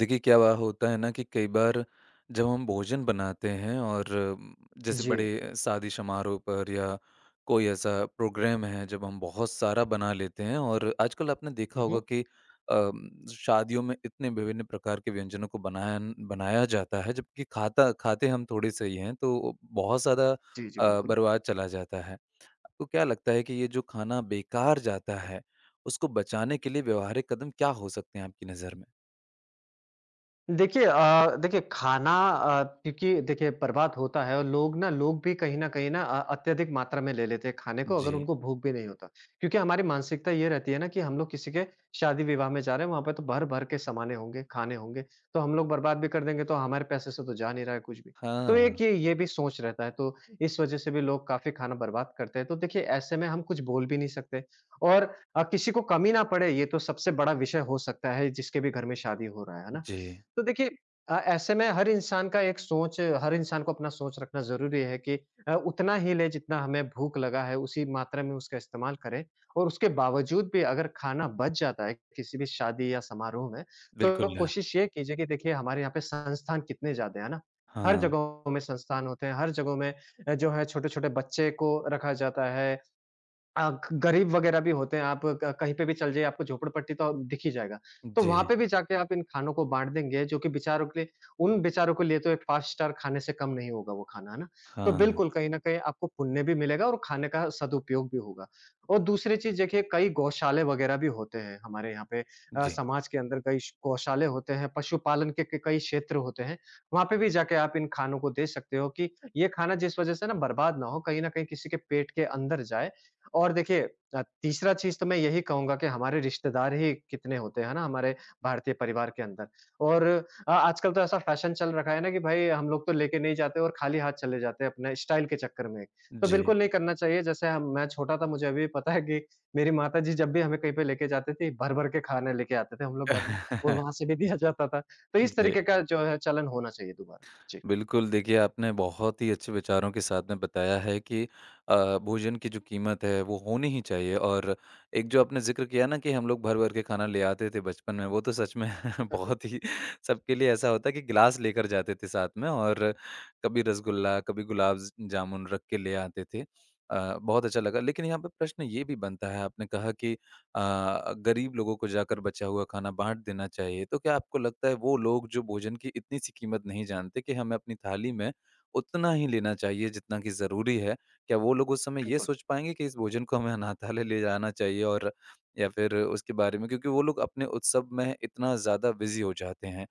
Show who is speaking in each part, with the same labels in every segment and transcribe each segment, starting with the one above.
Speaker 1: देखिए, क्या वा होता है ना कि कई बार जब हम भोजन बनाते हैं और जैसे
Speaker 2: जी।
Speaker 1: बड़े शादी समारोह पर या कोई ऐसा प्रोग्राम है जब हम बहुत सारा बना लेते हैं और आजकल आपने देखा
Speaker 2: हुँ, हुँ।
Speaker 1: होगा कि शादियों में इतने विभिन्न प्रकार के व्यंजनों को बनाया बनाया जाता है जबकि खाता खाते हम थोड़े से ही हैं तो बहुत ज़्यादा
Speaker 2: जी, जी, बिल्कुल।
Speaker 1: बर्बाद चला जाता है। आपको क्या लगता है कि ये जो खाना बेकार जाता है उसको बचाने के लिए व्यवहारिक कदम क्या हो सकते हैं आपकी नज़र में?
Speaker 2: देखिए देखिए खाना क्योंकि देखिए बर्बाद होता है और लोग ना लोग भी कहीं न कहीं ना अत्यधिक मात्रा में ले लेते हैं खाने को अगर
Speaker 1: जी।
Speaker 2: उनको भूख भी नहीं होता। क्योंकि हमारी मानसिकता ये रहती है ना कि हम लोग किसी के शादी-विवाह में जा रहे हैं, वहाँ पे तो भर-भर के समाने होंगे, खाने होंगे, तो हम लोग बर्बाद भी कर देंगे तो हमारे पैसे से तो जा नहीं रहा है कुछ भी। तो एक
Speaker 1: हाँ,
Speaker 2: ये भी सोच रहता है, तो इस वजह से भी लोग काफ़ी खाना बर्बाद करते हैं। तो देखिए ऐसे में हम कुछ बोल भी नहीं सकते और किसी को कमी ना पड़े ये तो सबसे बड़ा विषय हो सकता है जिसके भी घर में शादी हो रहा है ना?
Speaker 1: जी,
Speaker 2: तो देखिए ऐसे में हर इंसान का एक सोच हर इंसान को अपना सोच रखना ज़रूरी है कि उतना ही ले जितना हमें भूख लगा है, उसी मात्रा में उसका इस्तेमाल करें और उसके बावजूद भी अगर खाना बच जाता है किसी भी शादी या समारोह में, तो
Speaker 1: बिल्कुल।
Speaker 2: कोशिश ये कीजिए कि देखिए हमारे यहाँ पे संस्थान कितने ज़्यादा है ना? हर
Speaker 1: हाँ,
Speaker 2: जगहों में संस्थान होते हैं, हर जगहों में जो है छोटे-छोटे बच्चे को रखा जाता है अ, ग गरीब वगैरह भी होते हैं, आप क कहीं पे भी चल जाइए, आपको झोपड़पट्टी तो दिख ही जाएगा। तो वहाँ
Speaker 1: जी,
Speaker 2: पे भी जाके आप इन खानों को बाँट देंगे, जो कि बेचारों के लिए उन बेचारों के लिए तो एक 5 स्टार खाने से कम नहीं होगा वो खाना, है ना? तो
Speaker 1: हाँ,
Speaker 2: बिल्कुल, कहीं न कहीं आपको पुण्य भी मिलेगा और खाने का सदुपयोग भी होगा। और दूसरी चीज़ देखिए, कई गौशाले वगैरह भी होते हैं हमारे यहाँ पे
Speaker 1: जी,
Speaker 2: समाज के अंदर कई श गौशाले होते हैं, पशुपालन के क कई क्षेत्र होते हैं। वहाँ पे भी जाके आप इन खानों को दे सकते हो कि ये खाना जिस वज़ह से ना बर्बाद ना हो, कहीं न कहीं किसी के पेट के अंदर जाए और देखिए तीसरा चीज़ तो मैं यही कहूँगा कि हमारे रिश्तेदार ही कितने होते हैं ना हमारे भारतीय परिवार के अंदर और आजकल तो ऐसा फैशन चल रखा है ना कि भाई हम लोग तो लेके नहीं जाते और खाली हाथ चले जाते हैं अपने स्टाइल के चक्कर में। तो
Speaker 1: जी।
Speaker 2: बिल्कुल नहीं करना चाहिए जैसे हम मैं छोटा था मुझे अभी भी पता है कि मेरी माताजी जब भी हमें कहीं पे लेके जाती थी, भर-भर के खाना लेके आते थे हम लोग घर में और वहाँ से भी दिया जाता था। तो इस
Speaker 1: जी,
Speaker 2: तरीके का जो है चलन होना चाहिए दोबारा। जी।
Speaker 1: बिल्कुल। देखिए आपने बहुत ही अच्छे विचारों के साथ में बताया है कि भोजन की जो कीमत है वो होनी ही चाहिए और एक जो आपने ज़िक्र किया ना कि हम लोग भर-भर के खाना ले आते थे बचपन में, वो तो सच में बहुत ही सबके लिए ऐसा होता है कि गिलास लेकर जाते थे साथ में और कभी रसगुल्ला, कभी गुलाब ज जामुन रख के ले आते थे। बहुत अच्छा लगा लेकिन यहाँ पे प्रश्न ये भी बनता है। आपने कहा कि गरीब लोगों को जाकर बचा हुआ खाना बाँट देना चाहिए। तो क्या आपको लगता है वो लोग जो भोजन की इतनी सी कीमत नहीं जानते कि हमें अपनी थाली में उतना ही लेना चाहिए जितना कि ज़रूरी है, क्या वो लोग उस समय ये
Speaker 2: बिल्कुल।
Speaker 1: सोच पाएँगे कि इस भोजन को हमें अनाथालय ले जाना चाहिए और या फिर उसके बारे में, क्योंकि वो लोग अपने उत्सव में इतना ज़्यादा बिज़ी हो जाते हैं।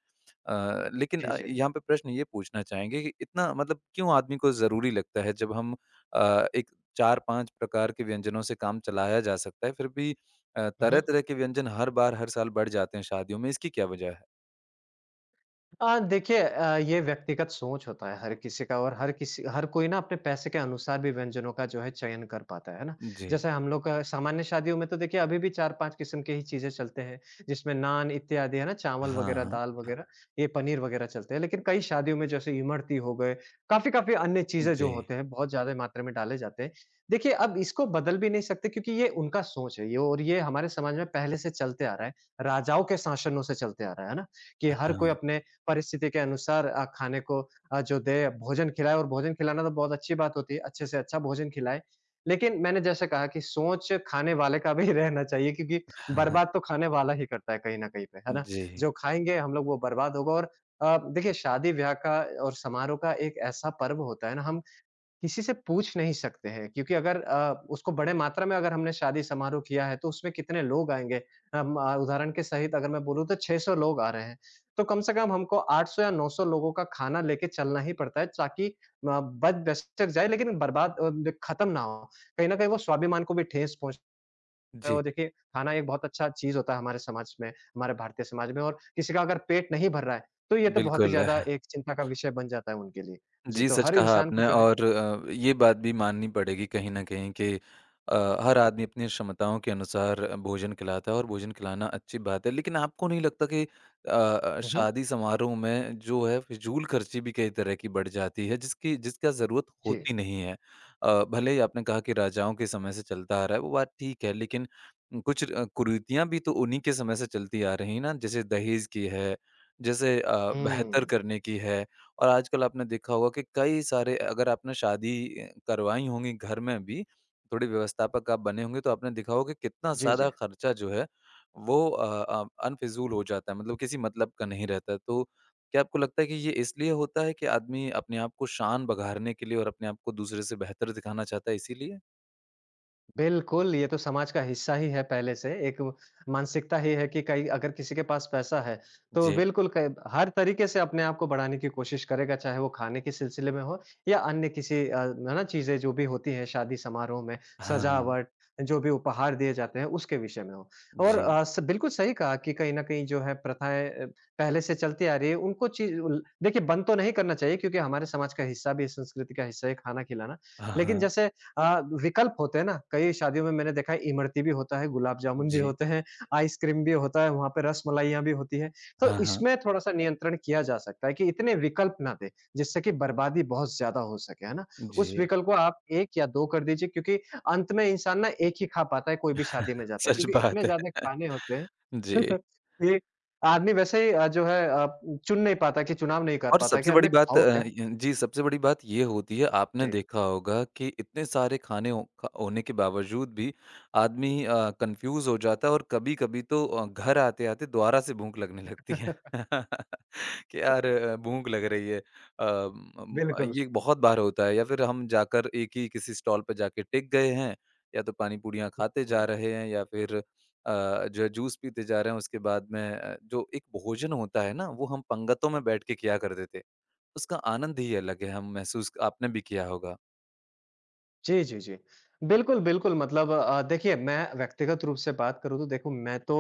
Speaker 1: अ, लेकिन
Speaker 2: जी,
Speaker 1: अ,
Speaker 2: जी।
Speaker 1: यहाँ पे प्रश्न ये पूछना चाहेंगे कि इतना मतलब क्यों आदमी को ज़रूरी लगता है जब हम एक 4-5 प्रकार के व्यंजनों से काम चलाया जा सकता है, फिर भी
Speaker 2: हुँ, हुँ।
Speaker 1: तरह-तरह के व्यंजन हर बार, हर साल बढ़ जाते हैं शादियों में, इसकी क्या वजह है?
Speaker 2: देखिए ये व्यक्तिगत सोच होता है हर किसी का और हर कोई ना अपने पैसे के अनुसार भी व्यंजनों का जो है चयन कर पाता है ना।
Speaker 1: जी।
Speaker 2: जैसे हम लोग का सामान्य शादियों में तो देखिए अभी भी 4-5 किस्म के ही चीज़ें चलते हैं, जिसमें नान इत्यादि है ना, चावल
Speaker 1: हाँ,
Speaker 2: वगैरह, दाल
Speaker 1: हाँ।
Speaker 2: वगैरह, ये पनीर वगैरह चलते हैं। लेकिन कई शादियों में जैसे इमरती हो गए, काफ़ी-काफ़ी अन्य चीज़ें
Speaker 1: जी,
Speaker 2: जो होते हैं, बहुत ज़्यादा मात्रा में डाले जाते हैं। देखिए अब इसको बदल भी नहीं सकते क्योंकि ये उनका सोच है ये और ये हमारे समाज में पहले से चलते आ रहा है, राजाओं के शासनों से चलते आ रहा है ना? कि हर कोई
Speaker 1: हाँ।
Speaker 2: अपने परिस्थिति के अनुसार खाने को जो दे भोजन खिलाए और भोजन खिलाना तो बहुत अच्छी बात होती है, अच्छे से अच्छा भोजन खिलाए। लेकिन मैंने जैसे कहा कि सोच खाने वाले का भी रहना चाहिए क्योंकि बर्बाद तो खाने वाला ही करता है कहीं न कहीं पे, है ना?
Speaker 1: जी,
Speaker 2: जो खाएँगे हम लोग वो बर्बाद होगा और देखिए शादी-ब्याह का और समारोह का एक ऐसा पर्व होता है ना हम किसी से पूछ नहीं सकते हैं क्योंकि अगर अ, उसको बड़े मात्रा में अगर हमने शादी समारोह किया है तो उसमें कितने लोग आएँगे? उदाहरण के सहित अगर मैं बोलूँ तो 600 लोग आ रहे हैं। तो कम से कम हमको 800 या 900 लोगों का खाना लेके चलना ही पड़ता है ताकि म बच-बच जाए लेकिन बर्बाद अ, ब खत्म ना हो। कहीं न कहीं वो स्वाभिमान को भी ठेस पहुँच
Speaker 1: जी,
Speaker 2: और देखिए खाना एक बहुत अच्छा चीज़ होता है हमारे समाज में, हमारे भारतीय समाज में और किसी का अगर पेट नहीं भर रहा है तो ये तो बहुत ही
Speaker 1: बिल्कुल।
Speaker 2: ज़्यादा एक चिंता का विषय बन जाता है उनके लिए। जी,
Speaker 1: जी,
Speaker 2: तो
Speaker 1: सच
Speaker 2: हर
Speaker 1: कहा
Speaker 2: इंसान को
Speaker 1: आपने
Speaker 2: जो है
Speaker 1: और ये बात भी माननी पड़ेगी कहीं न कहीं कि अ, हर आदमी अपनी क्षमताओं के अनुसार भोजन खिलाता है और भोजन खिलाना अच्छी बात है। लेकिन आपको नहीं लगता कि
Speaker 2: हुँ, हुँ।
Speaker 1: शादी समारोह में जो है फिजूल-खर्ची भी कई तरह की बढ़ जाती है जिसकी जिसका ज़रूरत
Speaker 2: जी।
Speaker 1: होती नहीं है? भले ही आपने कहा कि राजाओं के समय से चलता आ रहा है, वो बात ठीक है, लेकिन कुछ कुरीतियाँ भी तो उन्हीं के समय से चलती आ रही हैं ना, जैसे दहेज की है, जैसे बेहतर
Speaker 2: हुँ।
Speaker 1: करने की है। और आजकल आपने देखा होगा कि कई सारे अगर आपने शादी करवाई होंगी घर में भी, थोड़ी व्यवस्थापक आप बने होंगे तो आपने देखा होगा कि कितना
Speaker 2: जी, जी।
Speaker 1: ज़्यादा खर्चा जो है वो अनफ़िज़ूल हो जाता है, मतलब किसी मतलब का नहीं रहता है। तो क्या आपको लगता है कि ये इसलिए होता है कि आदमी अपने आप को शान बघारने के लिए और अपने आप को दूसरे से बेहतर दिखाना चाहता है इसीलिए?
Speaker 2: बिल्कुल, ये तो समाज का हिस्सा ही है पहले से, एक मानसिकता ही है कि कहीं अगर किसी के पास पैसा है, तो
Speaker 1: जी।
Speaker 2: बिल्कुल क हर तरीके से अपने आप को बढ़ाने की कोशिश करेगा, चाहे वो खाने के सिलसिले में हो या अन्य है ना, चीज़ें जो भी होती हैं शादी समारोह में,
Speaker 1: हाँ,
Speaker 2: सजावट, जो भी उपहार दिए जाते हैं, उसके विषय में हो। और
Speaker 1: जी।
Speaker 2: अ, स बिल्कुल सही कहा कि कहीं न कहीं जो है प्रथाएँ पहले से चलती आ रही है, उनको चीज़ उल देखिए बंद तो नहीं करना चाहिए क्योंकि हमारे समाज का हिस्सा भी संस्कृति का हिस्सा है खाना खिलाना।
Speaker 1: हाँ,
Speaker 2: लेकिन
Speaker 1: हाँ।
Speaker 2: जैसे विकल्प होते हैं ना, कई शादियों में मैंने देखा है इमरती भी होता है, गुलाब जामुन भी
Speaker 1: जी।
Speaker 2: होते हैं, आइसक्रीम भी होता है, वहाँ पे रसमलाइयाँ भी होती है। तो
Speaker 1: हाँ, हाँ।
Speaker 2: इसमें थोड़ा-सा नियंत्रण किया जा सकता है कि इतने विकल्प ना दें, जिससे कि बर्बादी बहुत ज़्यादा हो सके, है ना? उस
Speaker 1: जी।
Speaker 2: विकल्प को आप 1 या 2 कर दीजिए क्योंकि अंत में इंसान ना 1 ही खा पाता है, कोई भी शादी में जाता है
Speaker 1: सच
Speaker 2: क्योंकि इतने
Speaker 1: बात है।
Speaker 2: ज़्यादा खाने होते हैं
Speaker 1: जी।
Speaker 2: कि आदमी वैसे ही चुन नहीं पाता कि चुनाव नहीं कर
Speaker 1: और
Speaker 2: पाता कि
Speaker 1: सबसे
Speaker 2: अरे
Speaker 1: बड़ी
Speaker 2: मैं
Speaker 1: बात अ,
Speaker 2: खाऊँ क्या?
Speaker 1: य जी, सबसे बड़ी बात ये होती है, आपने
Speaker 2: जी।
Speaker 1: देखा होगा कि इतने सारे खाने हो ख होने के बावजूद भी आदमी कन्फ्यूज़ हो जाता है और कभी-कभी तो घर आते-आते दोबारा से भूख लगने लगती है। कि यार भूख लग रही है।
Speaker 2: बिल्कुल।
Speaker 1: ये बहुत बार होता है या फिर हम जाकर एक ही किसी स्टॉल पे जाके टिक गए हैं, या तो पानी-पूरियाँ खाते जा रहे हैं या फिर जो है जूस पीते जा रहे हैं, उसके बाद में जो एक भोजन होता है ना, वो हम पंगतों में बैठ के किया करते थे। उसका आनंद ही अलग है, हम महसूस आपने भी किया होगा।
Speaker 2: जी, जी, जी। बिल्कुल, बिल्कुल मतलब देखिए मैं व्यक्तिगत रूप से बात करूँ तो देखो मैं तो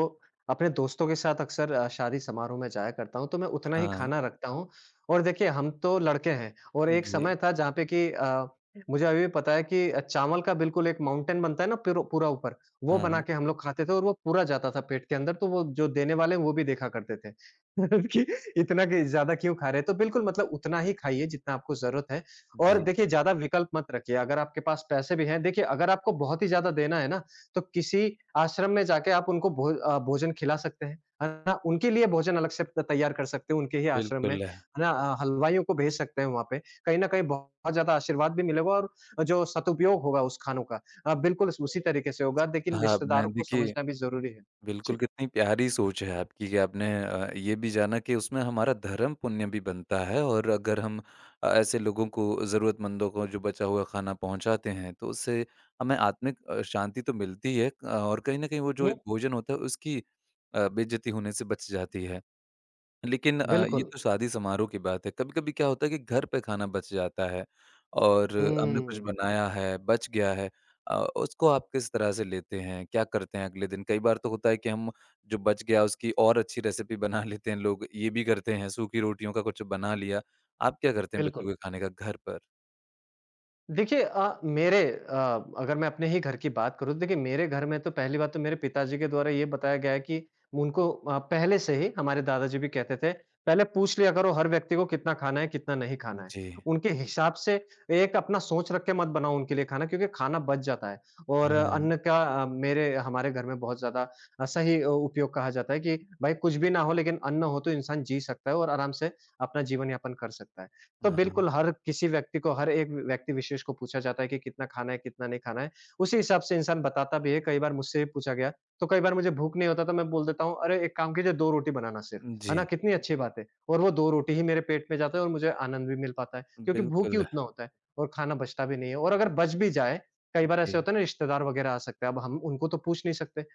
Speaker 2: अपने दोस्तों के साथ अक्सर शादी समारोह में जाया करता हूँ, तो मैं उतना ही
Speaker 1: हाँ,
Speaker 2: खाना रखता हूँ और देखिए हम तो लड़के हैं और एक
Speaker 1: जी।
Speaker 2: समय था जहाँ पे कि मुझे अभी भी पता है कि चावल का बिल्कुल एक माउंटेन बनता है ना पिरो पूरा ऊपर, वो
Speaker 1: हाँ,
Speaker 2: बना
Speaker 1: हाँ।
Speaker 2: के हम लोग खाते थे और वो पूरा जाता था पेट के अंदर तो वो जो देने वाले हैं वो भी देखा करते थे कि इतना कि ज़्यादा क्यों खा रहे हैं? तो बिल्कुल मतलब उतना ही खाइए जितना आपको ज़रूरत है। और
Speaker 1: जी,
Speaker 2: देखिए ज़्यादा विकल्प मत रखिए, अगर आपके पास पैसे भी हैं देखिए अगर आपको बहुत ही ज़्यादा देना है ना, तो किसी आश्रम में जाके आप उनको भोजन खिला सकते हैं, है ना? उनके लिए भोजन अलग से त तैयार कर सकते हो उनके ही आश्रम में,
Speaker 1: बिल्कुल। है।
Speaker 2: है ना? हलवाइयों को भेज सकते हैं वहाँ पे, कहीं न कहीं बहुत ज़्यादा आशीर्वाद भी मिलेगा और जो सदुपयोग होगा उस खानों का बिल्कुल उसी तरीके से होगा लेकिन
Speaker 1: कहा आपने,
Speaker 2: रिश्तेदारों को
Speaker 1: देखिए
Speaker 2: समझना भी ज़रूरी है।
Speaker 1: बिल्कुल,
Speaker 2: जी।
Speaker 1: कितनी प्यारी सोच है आपकी कि आपने ये भी जाना कि उसमें हमारा धर्म पुण्य भी बनता है और अगर हम ऐसे लोगों को ज़रूरतमंदों को जो बचा हुआ खाना पहुँचाते हैं, तो उससे हमें आत्मिक शांति तो मिलती है अ, और कहीं न कहीं वो जो
Speaker 2: हुँ,
Speaker 1: एक भोजन होता है उसकी बेइज़्ज़ती होने से बच जाती है। लेकिन अ, हुँ। ये
Speaker 2: बिल्कुल।
Speaker 1: तो शादी समारोह की बात है। कभी-कभी क्या होता है कि घर पे खाना बच जाता है और हमने कुछ
Speaker 2: हुँ,
Speaker 1: बनाया है, बच गया है, उसको आप किस तरह से लेते हैं? क्या करते हैं अगले दिन? कई बार तो होता है कि हम जो बच गया उसकी और अच्छी रेसिपी बना लेते हैं लोग, ये भी करते हैं, सूखी रोटियों का कुछ बना लिया। आप क्या करते हैं बचे
Speaker 2: बिल्कुल।
Speaker 1: हुए खाने का घर पर?
Speaker 2: देखिए अ, अगर मैं अपने ही घर की बात करूँ तो देखिए मेरे घर में तो पहली बात तो मेरे पिताजी के द्वारा ये बताया गया है कि उनको पहले से ही हमारे दादाजी भी कहते थे पहले पूछ लिया करो हर व्यक्ति को कितना खाना है कितना नहीं खाना है
Speaker 1: जी।
Speaker 2: उनके हिसाब से एक अपना सोच रख के मत बनाओ उनके लिए खाना क्योंकि खाना बच जाता है और
Speaker 1: हाँ,
Speaker 2: अन्न का अ, मेरे हमारे घर में बहुत ज्यादा सही उपयोग कहा जाता है कि भाई कुछ भी ना हो लेकिन अन्न हो तो इंसान जी सकता है और आराम से अपना जीवन यापन कर सकता है तो
Speaker 1: हाँ।
Speaker 2: बिल्कुल हर किसी व्यक्ति को, हर एक व्यक्ति विशेष को पूछा जाता है कि कितना खाना है, कितना नहीं खाना है। उसी हिसाब से इंसान बताता भी है, कई बार मुझसे भी पूछा गया, तो कई बार मुझे भूख नहीं होता तो मैं बोल देता हूँ, "अरे एक काम कीजिए 2 रोटी बनाना सिर्फ।" है
Speaker 1: जी,
Speaker 2: ना? कितनी अच्छी बात है और वो 2 रोटी ही मेरे पेट में जाता है और मुझे आनंद भी मिल पाता है क्योंकि भूख ही
Speaker 1: बिल्कुल,
Speaker 2: उतना होता है और खाना बचता भी नहीं है और अगर बच भी जाए, कई बार ऐसे
Speaker 1: जी।
Speaker 2: होता है ना रिश्तेदार वगैरह आ सकते हैं, अब हम उनको तो पूछ नहीं सकते।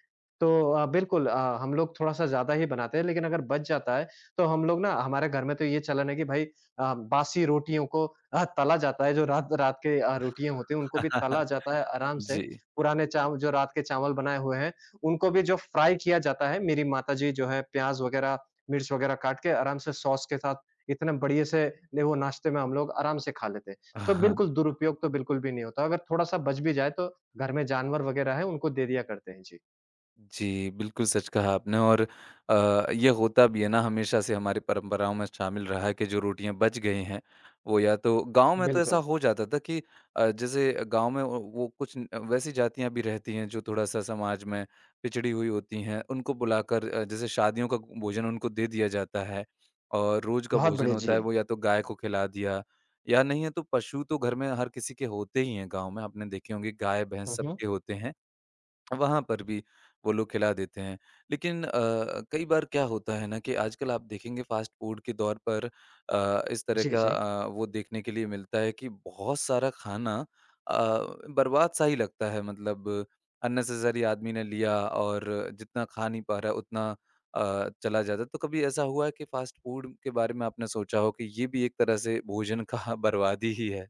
Speaker 2: तो बिल्कुल हम लोग थोड़ा-सा ज़्यादा ही बनाते हैं लेकिन अगर बच जाता है, तो हम लोग ना हमारे घर में तो ये चलन है कि भाई बासी रोटियों को तला जाता है, जो रात रात के रोटियाँ होती हैं, उनको भी तला जाता है आराम से।
Speaker 1: जी।
Speaker 2: पुराने चाव जो रात के चावल बनाए हुए हैं, उनको भी जो फ्राई किया जाता है, मेरी माताजी जो है प्याज़ वगैरह, मिर्च वगैरह काट के आराम से सॉस के साथ इतने बढ़िया से ने वो नाश्ते में हम लोग आराम से खा लेते हैं। तो बिल्कुल दुरुपयोग तो बिल्कुल भी नहीं होता, अगर थोड़ा-सा बच भी जाए तो घर में जानवर वगैरह हैं, उनको दे दिया करते हैं। जी,
Speaker 1: जी, बिल्कुल सच कहा आपने और ये होता भी है ना, हमेशा से हमारी परंपराओं में शामिल रहा है कि जो रोटियाँ बच गई हैं, वो या तो गाँव में तो ऐसा
Speaker 2: बिल्कुल।
Speaker 1: हो जाता था कि जैसे गाँव में वो कुछ न वैसी जातियाँ भी रहती हैं जो थोड़ा-सा समाज में पिछड़ी हुई होती हैं, उनको बुलाकर जैसे शादियों का भोजन उनको दे दिया जाता है और रोज़ का
Speaker 2: बहुत
Speaker 1: भोजन
Speaker 2: बढ़िया,
Speaker 1: होता है
Speaker 2: जी।
Speaker 1: वो या तो गाय को खिला दिया या नहीं है तो पशु तो घर में हर किसी के होते ही हैं गाँव में, आपने देखे होंगे गाय, भैंस
Speaker 2: हुँ, हुँ।
Speaker 1: सबके होते हैं। वहाँ पर भी वो लोग खिला देते हैं। लेकिन अ, कई बार क्या होता है ना कि आजकल आप देखेंगे फ़ास्ट फ़ूड के दौर पर इस तरह
Speaker 2: जी,
Speaker 1: का
Speaker 2: जी।
Speaker 1: वो देखने के लिए मिलता है कि बहुत सारा खाना अ, बर्बाद-सा ही लगता है, मतलब अननेसेसरी आदमी ने लिया और जितना खा नहीं पा रहा है उतना चला जाता है। तो कभी ऐसा हुआ है कि फ़ास्ट फ़ूड के बारे में आपने सोचा हो कि ये भी एक तरह से भोजन का बर्बादी ही है?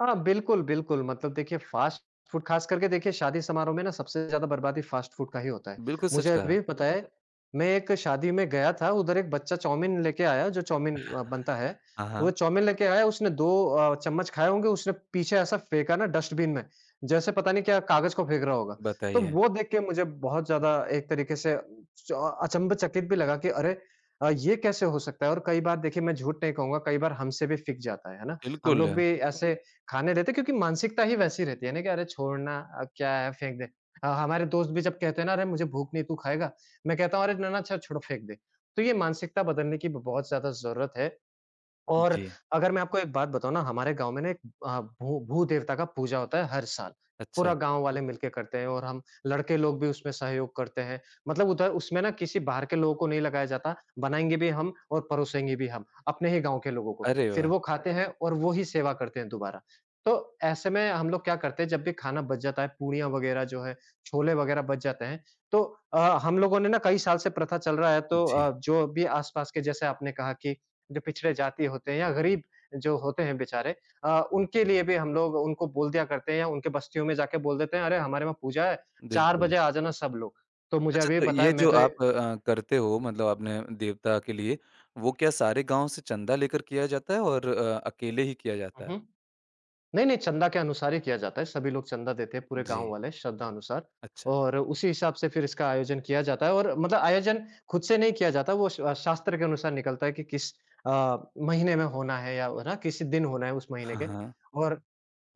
Speaker 2: हाँ, बिल्कुल, बिल्कुल। मतलब देखिए फ़ास्ट फूड ख़ास करके देखिए शादी समारोह में ना सबसे ज़्यादा बर्बादी फ़ास्ट फूड का ही होता है।
Speaker 1: बिल्कुल
Speaker 2: मुझे
Speaker 1: सच कहा।
Speaker 2: अभी भी पता है, मैं एक शादी में गया था, उधर एक बच्चा चाउमीन लेके आया जो चाउमीन बनता है।
Speaker 1: हाँ,
Speaker 2: तो वो
Speaker 1: हाँ।
Speaker 2: चाउमीन लेके आया उसने 2 चम्मच खाए होंगे, उसने पीछे ऐसा फेंका ना डस्टबिन में, जैसे पता नहीं क्या कागज़ को फेंक रहा होगा। तो
Speaker 1: बताइए।
Speaker 2: वो देख के मुझे बहुत ज़्यादा एक तरीके से च अचंभचकित भी लगा कि अरे! ये कैसे हो सकता है? और कई बार देखिए मैं झूठ नहीं कहूँगा, कई बार हमसे भी फ़िक जाता है ना? हम
Speaker 1: बिल्कुल।
Speaker 2: लोग भी ऐसे खाने देते क्योंकि मानसिकता ही वैसी रहती है ना कि अरे छोड़ना अब क्या है फेंक दे। हमारे दोस्त भी जब कहते हैं ना अरे मुझे भूख नहीं तू खाएगा? मैं कहता हूँ अरे ना, ना अच्छा छोड़ो फेंक दे। तो ये मानसिकता बदलने की ब बहुत ज़्यादा ज़रूरत है और
Speaker 1: जी।
Speaker 2: अगर मैं आपको एक बात बताऊँ ना, हमारे गाँव में ना एक भू भू-देवता का पूजा होता है हर साल। पूरा
Speaker 1: अच्छा।
Speaker 2: गाँव वाले मिलके करते हैं और हम लड़के लोग भी उसमें सहयोग करते हैं। मतलब उधर उसमें ना किसी बाहर के लोगों को नहीं लगाया जाता, बनाएँगे भी हम और परोसेंगे भी हम, अपने ही गाँव के लोगों को।
Speaker 1: अरे
Speaker 2: फिर
Speaker 1: वाह!
Speaker 2: वो खाते हैं और वो ही सेवा करते हैं दोबारा। तो ऐसे में हम लोग क्या करते हैं जब भी खाना बच जाता है, पूड़ियाँ वग़ैरह जो है, छोले वग़ैरह बच जाते हैं, तो अ, हम लोगों ने ना कई साल से प्रथा चल रहा है तो
Speaker 1: जी,
Speaker 2: जो भी आस-पास के जैसे आपने कहा कि जो पिछड़े जाति होते हैं या गरीब जो होते हैं बेचारे उनके लिए भी हम लोग उनको बोल दिया करते हैं या उनके बस्तियों में जाके बोल देते हैं, "अरे! हमारे वहाँ पूजा है, 4
Speaker 1: बिल्कुल।
Speaker 2: बजे आ जाना सब लोग।" तो मुझे
Speaker 1: अच्छा,
Speaker 2: अभी भी
Speaker 1: तो
Speaker 2: पता है
Speaker 1: ये
Speaker 2: मैं
Speaker 1: जो
Speaker 2: तो ए
Speaker 1: आप करते हो, मतलब आपने देवता के लिए, वो क्या सारे गाँव से चंदा लेकर किया जाता है और अकेले ही किया
Speaker 2: हुँ,
Speaker 1: जाता है?
Speaker 2: हुँ। नहीं, नहीं चंदा के अनुसार ही किया जाता है, सभी लोग चंदा देते हैं पूरे
Speaker 1: जी,
Speaker 2: गाँव वाले श्रद्धा अनुसार
Speaker 1: अच्छा।
Speaker 2: और उसी हिसाब से फिर इसका आयोजन किया जाता है और मतलब आयोजन खुद से नहीं किया जाता, वो श शास्त्र के अनुसार निकलता है कि किस महीने में होना है या है ना, किस दिन होना है उस महीने
Speaker 1: हाँ,
Speaker 2: के।
Speaker 1: हाँ।
Speaker 2: और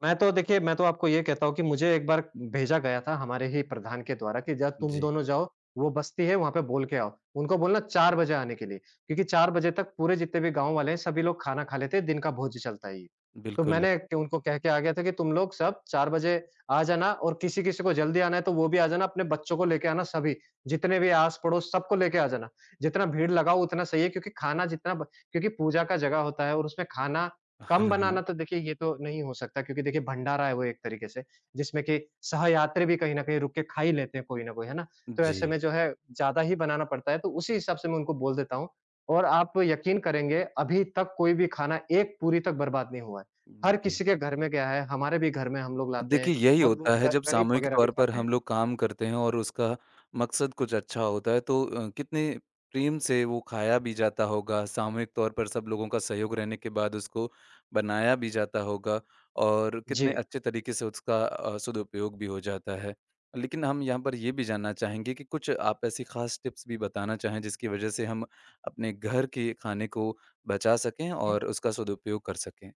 Speaker 2: मैं तो देखिए, मैं तो आपको ये कहता हूँ कि मुझे एक बार भेजा गया था हमारे ही प्रधान के द्वारा कि जा तुम
Speaker 1: जी,
Speaker 2: दोनों जाओ, वो बस्ती है वहाँ पे बोल के आओ। उनको बोलना 4 बजे आने के लिए, क्योंकि 4 बजे तक पूरे जितने भी गाँव वाले हैं सभी लोग खाना खा लेते हैं, दिन का भोज चलता है ये। तो
Speaker 1: बिल्कुल।
Speaker 2: मैंने क उनको कह के आ गया था कि तुम लोग सब 4 बजे आ जाना और किसी-किसी को जल्दी आना है तो वो भी आ जाना, अपने बच्चों को लेके आना सभी, जितने भी आस-पड़ोस सबको लेके आ जाना। जितना भीड़ लगाओ उतना सही है क्योंकि खाना जितना ब क्योंकि पूजा का जगह होता है और उसमें खाना
Speaker 1: हाँ,
Speaker 2: कम बनाना
Speaker 1: हाँ।
Speaker 2: तो देखिए ये तो नहीं हो सकता क्योंकि देखिए भंडारा है वो एक तरीके से, जिसमें कि सहयात्री भी कहीं न कहीं रुक के खा ही लेते हैं कोई ना कोई, है ना? तो
Speaker 1: जी,
Speaker 2: ऐसे में जो है ज़्यादा ही बनाना पड़ता है, तो उसी हिसाब से मैं उनको बोल देता हूँ और आप यकीन करेंगे अभी तक कोई भी खाना एक पूरी तक बर्बाद नहीं हुआ है। हर
Speaker 1: जी।
Speaker 2: किसी के घर में गया है, हमारे भी घर में हम लोग लाते हैं
Speaker 1: देखिए, यही
Speaker 2: और वो
Speaker 1: होता है
Speaker 2: ग
Speaker 1: जब
Speaker 2: गरीब
Speaker 1: सामूहिक
Speaker 2: वगैरह भी
Speaker 1: तौर पर
Speaker 2: खाते हैं।
Speaker 1: हम लोग काम करते हैं और उसका मकसद कुछ अच्छा होता है तो कितने प्रेम से वो खाया भी जाता होगा, सामूहिक तौर पर सब लोगों का सहयोग रहने के बाद उसको बनाया भी जाता होगा और
Speaker 2: जी।
Speaker 1: कितने अच्छे तरीके से उसका सदुपयोग भी हो जाता है। लेकिन हम यहाँ पर ये भी जानना चाहेंगे कि कुछ आप ऐसी ख़ास टिप्स भी बताना चाहें जिसकी वजह से हम अपने घर के खाने को बचा सकें और उसका सदुपयोग कर सकें?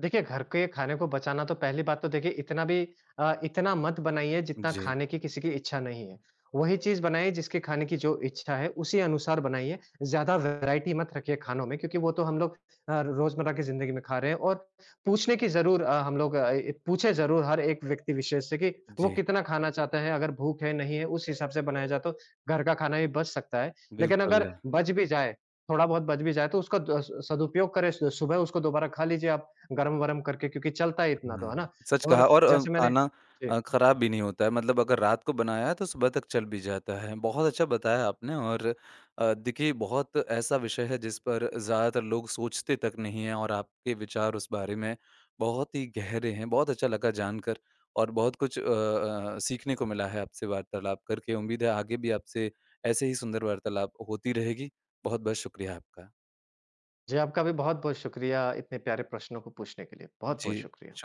Speaker 2: देखिए, घर के खाने को बचाना तो पहली बात तो देखिए इतना मत बनाइए जितना
Speaker 1: जी,
Speaker 2: खाने की किसी की इच्छा नहीं है। वही चीज़ बनाइए जिसके खाने की जो इच्छा है उसी अनुसार बनाइए, ज़्यादा वैरायटी मत रखिए खानों में क्योंकि वो तो हम लोग रोज़मर्रा की ज़िंदगी में खा रहे हैं और पूछने की ज़रूर हम लोग ए पूछे ज़रूर हर एक व्यक्ति विशेष से कि वो
Speaker 1: जी,
Speaker 2: कितना खाना चाहता है, अगर भूख है, नहीं है, उस हिसाब से बनाया जाए तो घर का खाना भी बच सकता है। लेकिन अगर
Speaker 1: बिल्कुल।
Speaker 2: बच भी जाए, थोड़ा बहुत बच भी जाए तो उसका द स सदुपयोग करें, सु सुबह उसको दोबारा खा लीजिए आप। गरम-वरम करके क्योंकि चलता है इतना तो, है ना?
Speaker 1: हाँ, सच कहा
Speaker 2: और
Speaker 1: और
Speaker 2: जैसे मैंने
Speaker 1: खाना
Speaker 2: जी,
Speaker 1: खराब भी नहीं होता है, मतलब अगर रात को बनाया है तो सुबह तक चल भी जाता है। बहुत अच्छा बताया आपने और देखिए बहुत ऐसा विषय है जिस पर ज़्यादातर लोग सोचते तक नहीं हैं और आपके विचार उस बारे में बहुत ही गहरे हैं। बहुत अच्छा लगा जानकर और बहुत कुछ सीखने को मिला है आपसे वार्तालाप करके। उम्मीद है आगे भी आपसे ऐसे ही सुंदर वार्तालाप होती रहेगी। बहुत-बहुत शुक्रिया आपका।
Speaker 2: जी आपका भी बहुत-बहुत शुक्रिया इतने प्यारे प्रश्नों को पूछने के लिए। बहुत-बहुत
Speaker 1: जी।
Speaker 2: शुक्रिया।